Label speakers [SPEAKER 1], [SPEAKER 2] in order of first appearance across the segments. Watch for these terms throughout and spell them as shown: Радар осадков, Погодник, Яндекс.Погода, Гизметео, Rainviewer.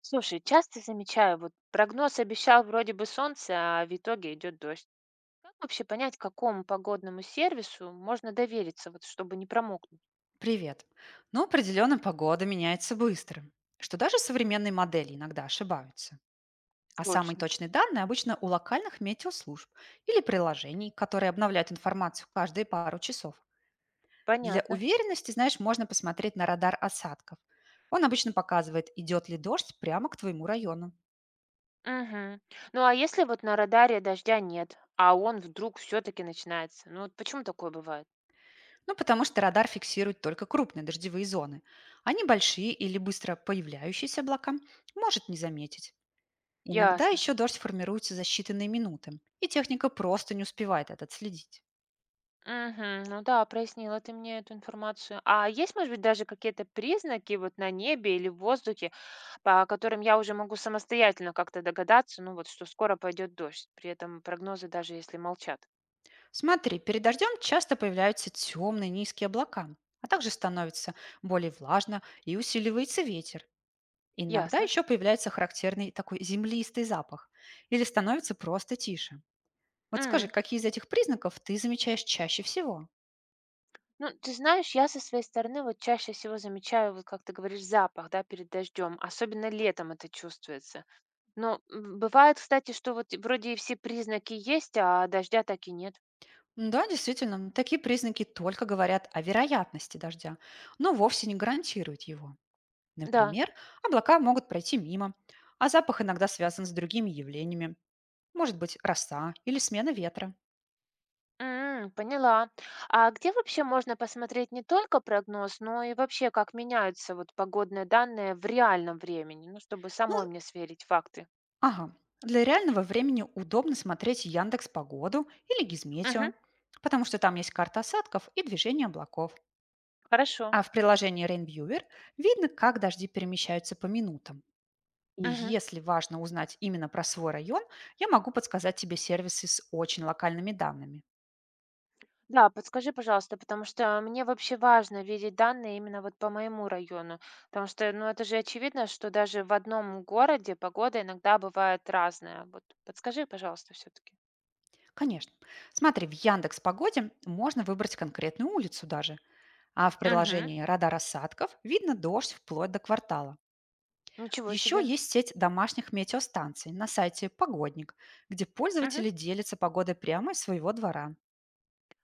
[SPEAKER 1] Слушай, часто замечаю, вот прогноз обещал вроде бы солнце, а в итоге идет дождь. Как вообще понять, какому погодному сервису можно довериться, вот чтобы не промокнуть?
[SPEAKER 2] Привет. Ну, определенно погода меняется быстро, что даже современные модели иногда ошибаются. А самые
[SPEAKER 1] Точно.
[SPEAKER 2] точные данные обычно у локальных метеослужб или приложений, которые обновляют информацию каждые пару часов. Для
[SPEAKER 1] Понятно.
[SPEAKER 2] уверенности, знаешь, можно посмотреть на радар осадков. Он обычно показывает, идет ли дождь прямо к твоему району.
[SPEAKER 1] Мгм. Ну а если вот на радаре дождя нет, а он вдруг все-таки начинается? Ну вот почему такое бывает?
[SPEAKER 2] Ну, потому что радар фиксирует только крупные дождевые зоны, а небольшие или быстро появляющиеся облака может не заметить. Иногда
[SPEAKER 1] Ясно.
[SPEAKER 2] еще дождь формируется за считанные минуты, и техника просто не успевает это отследить.
[SPEAKER 1] Мгм. Ну да, прояснила ты мне эту информацию. А есть, может быть, даже какие-то признаки вот на небе или в воздухе, по которым я уже могу самостоятельно как-то догадаться, ну вот, что скоро пойдет дождь, при этом прогнозы даже если молчат.
[SPEAKER 2] Смотри, перед дождем часто появляются темные низкие облака, а также становится более влажно и усиливается ветер. Иногда
[SPEAKER 1] Ясно.
[SPEAKER 2] еще появляется характерный такой землистый запах или становится просто тише. Вот скажи,
[SPEAKER 1] М.
[SPEAKER 2] какие из этих признаков ты замечаешь чаще всего?
[SPEAKER 1] Ну, ты знаешь, я со своей стороны вот чаще всего замечаю, вот как ты говоришь, запах, да, перед дождем. Особенно летом это чувствуется. Но бывает, кстати, что вот и вроде и все признаки есть, а дождя так и нет.
[SPEAKER 2] Да, действительно, такие признаки только говорят о вероятности дождя, но вовсе не гарантируют его.
[SPEAKER 1] Да.
[SPEAKER 2] Например, облака могут пройти мимо, а запах иногда связан с другими явлениями. Может быть, роса или смена ветра.
[SPEAKER 1] Поняла. А где вообще можно посмотреть не только прогноз, но и вообще, как меняются вот погодные данные в реальном времени, ну, чтобы
[SPEAKER 2] Ну,
[SPEAKER 1] самой мне сверить факты?
[SPEAKER 2] ага. Для реального времени удобно смотреть Яндекс Погоду или
[SPEAKER 1] Мгм,
[SPEAKER 2] Гизметео, потому что там есть карта осадков и движение облаков.
[SPEAKER 1] хорошо.
[SPEAKER 2] А в приложении Rainviewer видно, как дожди перемещаются по минутам. И
[SPEAKER 1] Мгм.
[SPEAKER 2] если важно узнать именно про свой район, я могу подсказать тебе сервисы с очень локальными данными.
[SPEAKER 1] Да, подскажи, пожалуйста, потому что мне вообще важно видеть данные именно вот по моему району, потому что, ну, это же очевидно, что даже в одном городе погода иногда бывает разная. Вот подскажи, пожалуйста, все-таки.
[SPEAKER 2] Конечно. Смотри, в Яндекс Погоде можно выбрать конкретную улицу даже, а в
[SPEAKER 1] Угу.
[SPEAKER 2] приложении «Радар осадков» видно дождь вплоть до квартала.
[SPEAKER 1] Ничего
[SPEAKER 2] Еще
[SPEAKER 1] себе.
[SPEAKER 2] есть сеть домашних метеостанций на сайте «Погодник», где
[SPEAKER 1] Мгм.
[SPEAKER 2] пользователи делятся погодой прямо из своего двора.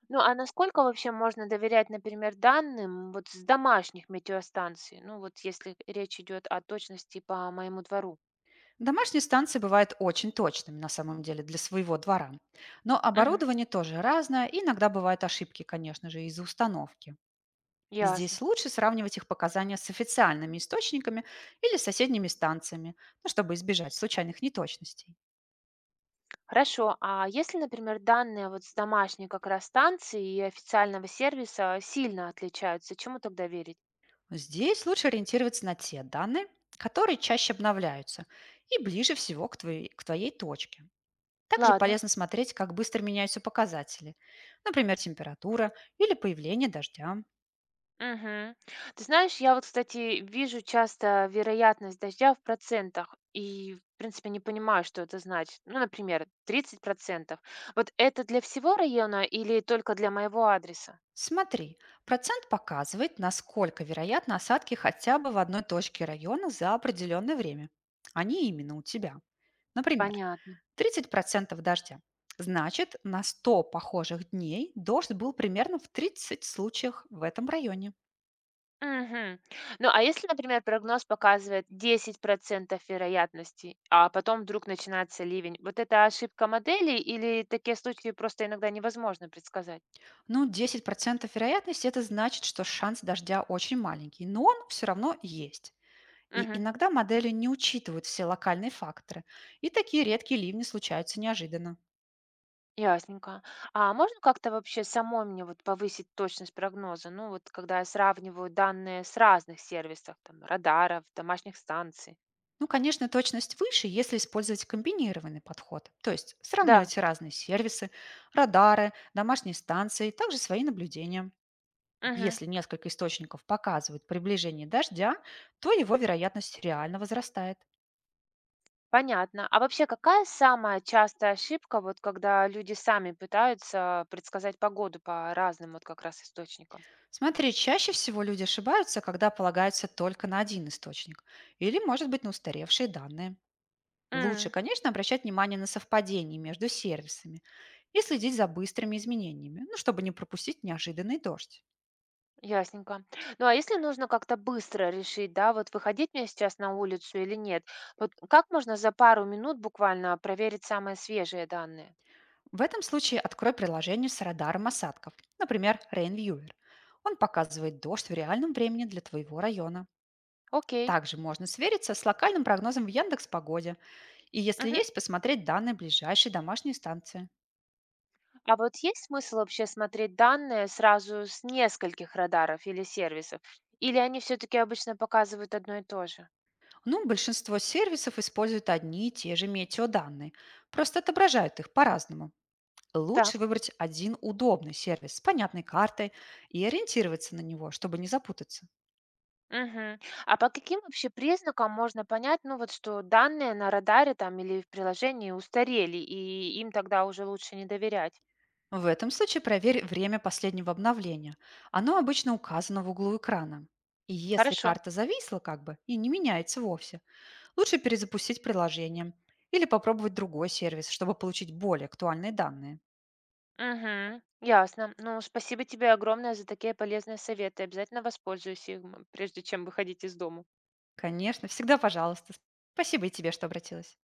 [SPEAKER 1] Ну, а насколько вообще можно доверять, например, данным вот с домашних метеостанций? Ну, вот если речь идет о точности по моему двору.
[SPEAKER 2] Домашние станции бывают очень точными на самом деле для своего двора. Но
[SPEAKER 1] Мгм.
[SPEAKER 2] оборудование тоже разное, и иногда бывают ошибки, конечно же, из-за установки. Здесь
[SPEAKER 1] Ясно.
[SPEAKER 2] лучше сравнивать их показания с официальными источниками или соседними станциями, ну, чтобы избежать случайных неточностей.
[SPEAKER 1] Хорошо. А если, например, данные вот с домашней как раз станции и официального сервиса сильно отличаются, чему тогда верить?
[SPEAKER 2] Здесь лучше ориентироваться на те данные, которые чаще обновляются и ближе всего к твоей точке. Также
[SPEAKER 1] Ладно.
[SPEAKER 2] полезно смотреть, как быстро меняются показатели, например, температура или появление дождя.
[SPEAKER 1] Мгм. Ты знаешь, я вот, кстати, вижу часто вероятность дождя в процентах и, в принципе, не понимаю, что это значит. Ну, например, 30%. Вот это для всего района или только для моего адреса?
[SPEAKER 2] Смотри, процент показывает, насколько вероятны осадки хотя бы в одной точке района за определенное время, а не именно у тебя. Например,
[SPEAKER 1] Понятно.
[SPEAKER 2] 30% дождя. Значит, на 100 похожих дней дождь был примерно в 30 случаях в этом районе.
[SPEAKER 1] Мгм. Ну, а если, например, прогноз показывает 10% вероятности, а потом вдруг начинается ливень, вот это ошибка модели или такие случаи просто иногда невозможно предсказать?
[SPEAKER 2] Ну, 10% вероятности – это значит, что шанс дождя очень маленький, но он все равно есть. И
[SPEAKER 1] Мгм.
[SPEAKER 2] иногда модели не учитывают все локальные факторы, и такие редкие ливни случаются неожиданно.
[SPEAKER 1] Ясненько. А можно как-то вообще самой мне вот повысить точность прогноза? Ну вот когда я сравниваю данные с разных сервисов, там радаров, домашних станций.
[SPEAKER 2] Ну, конечно, точность выше, если использовать комбинированный подход, то есть
[SPEAKER 1] Да,
[SPEAKER 2] сравнивать разные сервисы, радары, домашние станции, также свои наблюдения.
[SPEAKER 1] мгм,
[SPEAKER 2] Если несколько источников показывают приближение дождя, то его вероятность реально возрастает.
[SPEAKER 1] понятно. А вообще какая самая частая ошибка, вот когда люди сами пытаются предсказать погоду по разным вот как раз источникам?
[SPEAKER 2] Смотри, чаще всего люди ошибаются, когда полагаются только на один источник или, может быть, на устаревшие данные. Лучше,
[SPEAKER 1] М,
[SPEAKER 2] конечно, обращать внимание на совпадения между сервисами и следить за быстрыми изменениями, ну, чтобы не пропустить неожиданный дождь.
[SPEAKER 1] Ясненько. Ну а если нужно как-то быстро решить, да, вот выходить мне сейчас на улицу или нет, вот как можно за пару минут буквально проверить самые свежие данные?
[SPEAKER 2] В этом случае открой приложение с радаром осадков, например, Rain Viewer. Он показывает дождь в реальном времени для твоего района.
[SPEAKER 1] Окей.
[SPEAKER 2] Также можно свериться с локальным прогнозом в Яндекс.Погоде и, если
[SPEAKER 1] Мгм.
[SPEAKER 2] есть, посмотреть данные ближайшей домашней станции.
[SPEAKER 1] А вот есть смысл вообще смотреть данные сразу с нескольких радаров или сервисов? Или они все-таки обычно показывают одно и то же?
[SPEAKER 2] Ну, большинство сервисов используют одни и те же метеоданные, просто отображают их по-разному.
[SPEAKER 1] Так.
[SPEAKER 2] Лучше выбрать один удобный сервис с понятной картой и ориентироваться на него, чтобы не запутаться.
[SPEAKER 1] Мгм. А по каким вообще признакам можно понять, ну вот что данные на радаре там или в приложении устарели, и им тогда уже лучше не доверять?
[SPEAKER 2] В этом случае проверь время последнего обновления. Оно обычно указано в углу экрана. И если
[SPEAKER 1] Хорошо.
[SPEAKER 2] карта зависла как бы и не меняется вовсе, лучше перезапустить приложение или попробовать другой сервис, чтобы получить более актуальные данные.
[SPEAKER 1] Угу. Ясно. Ну, спасибо тебе огромное за такие полезные советы. Обязательно воспользуюсь им, прежде чем выходить из дома.
[SPEAKER 2] Конечно, всегда пожалуйста. Спасибо и тебе, что обратилась.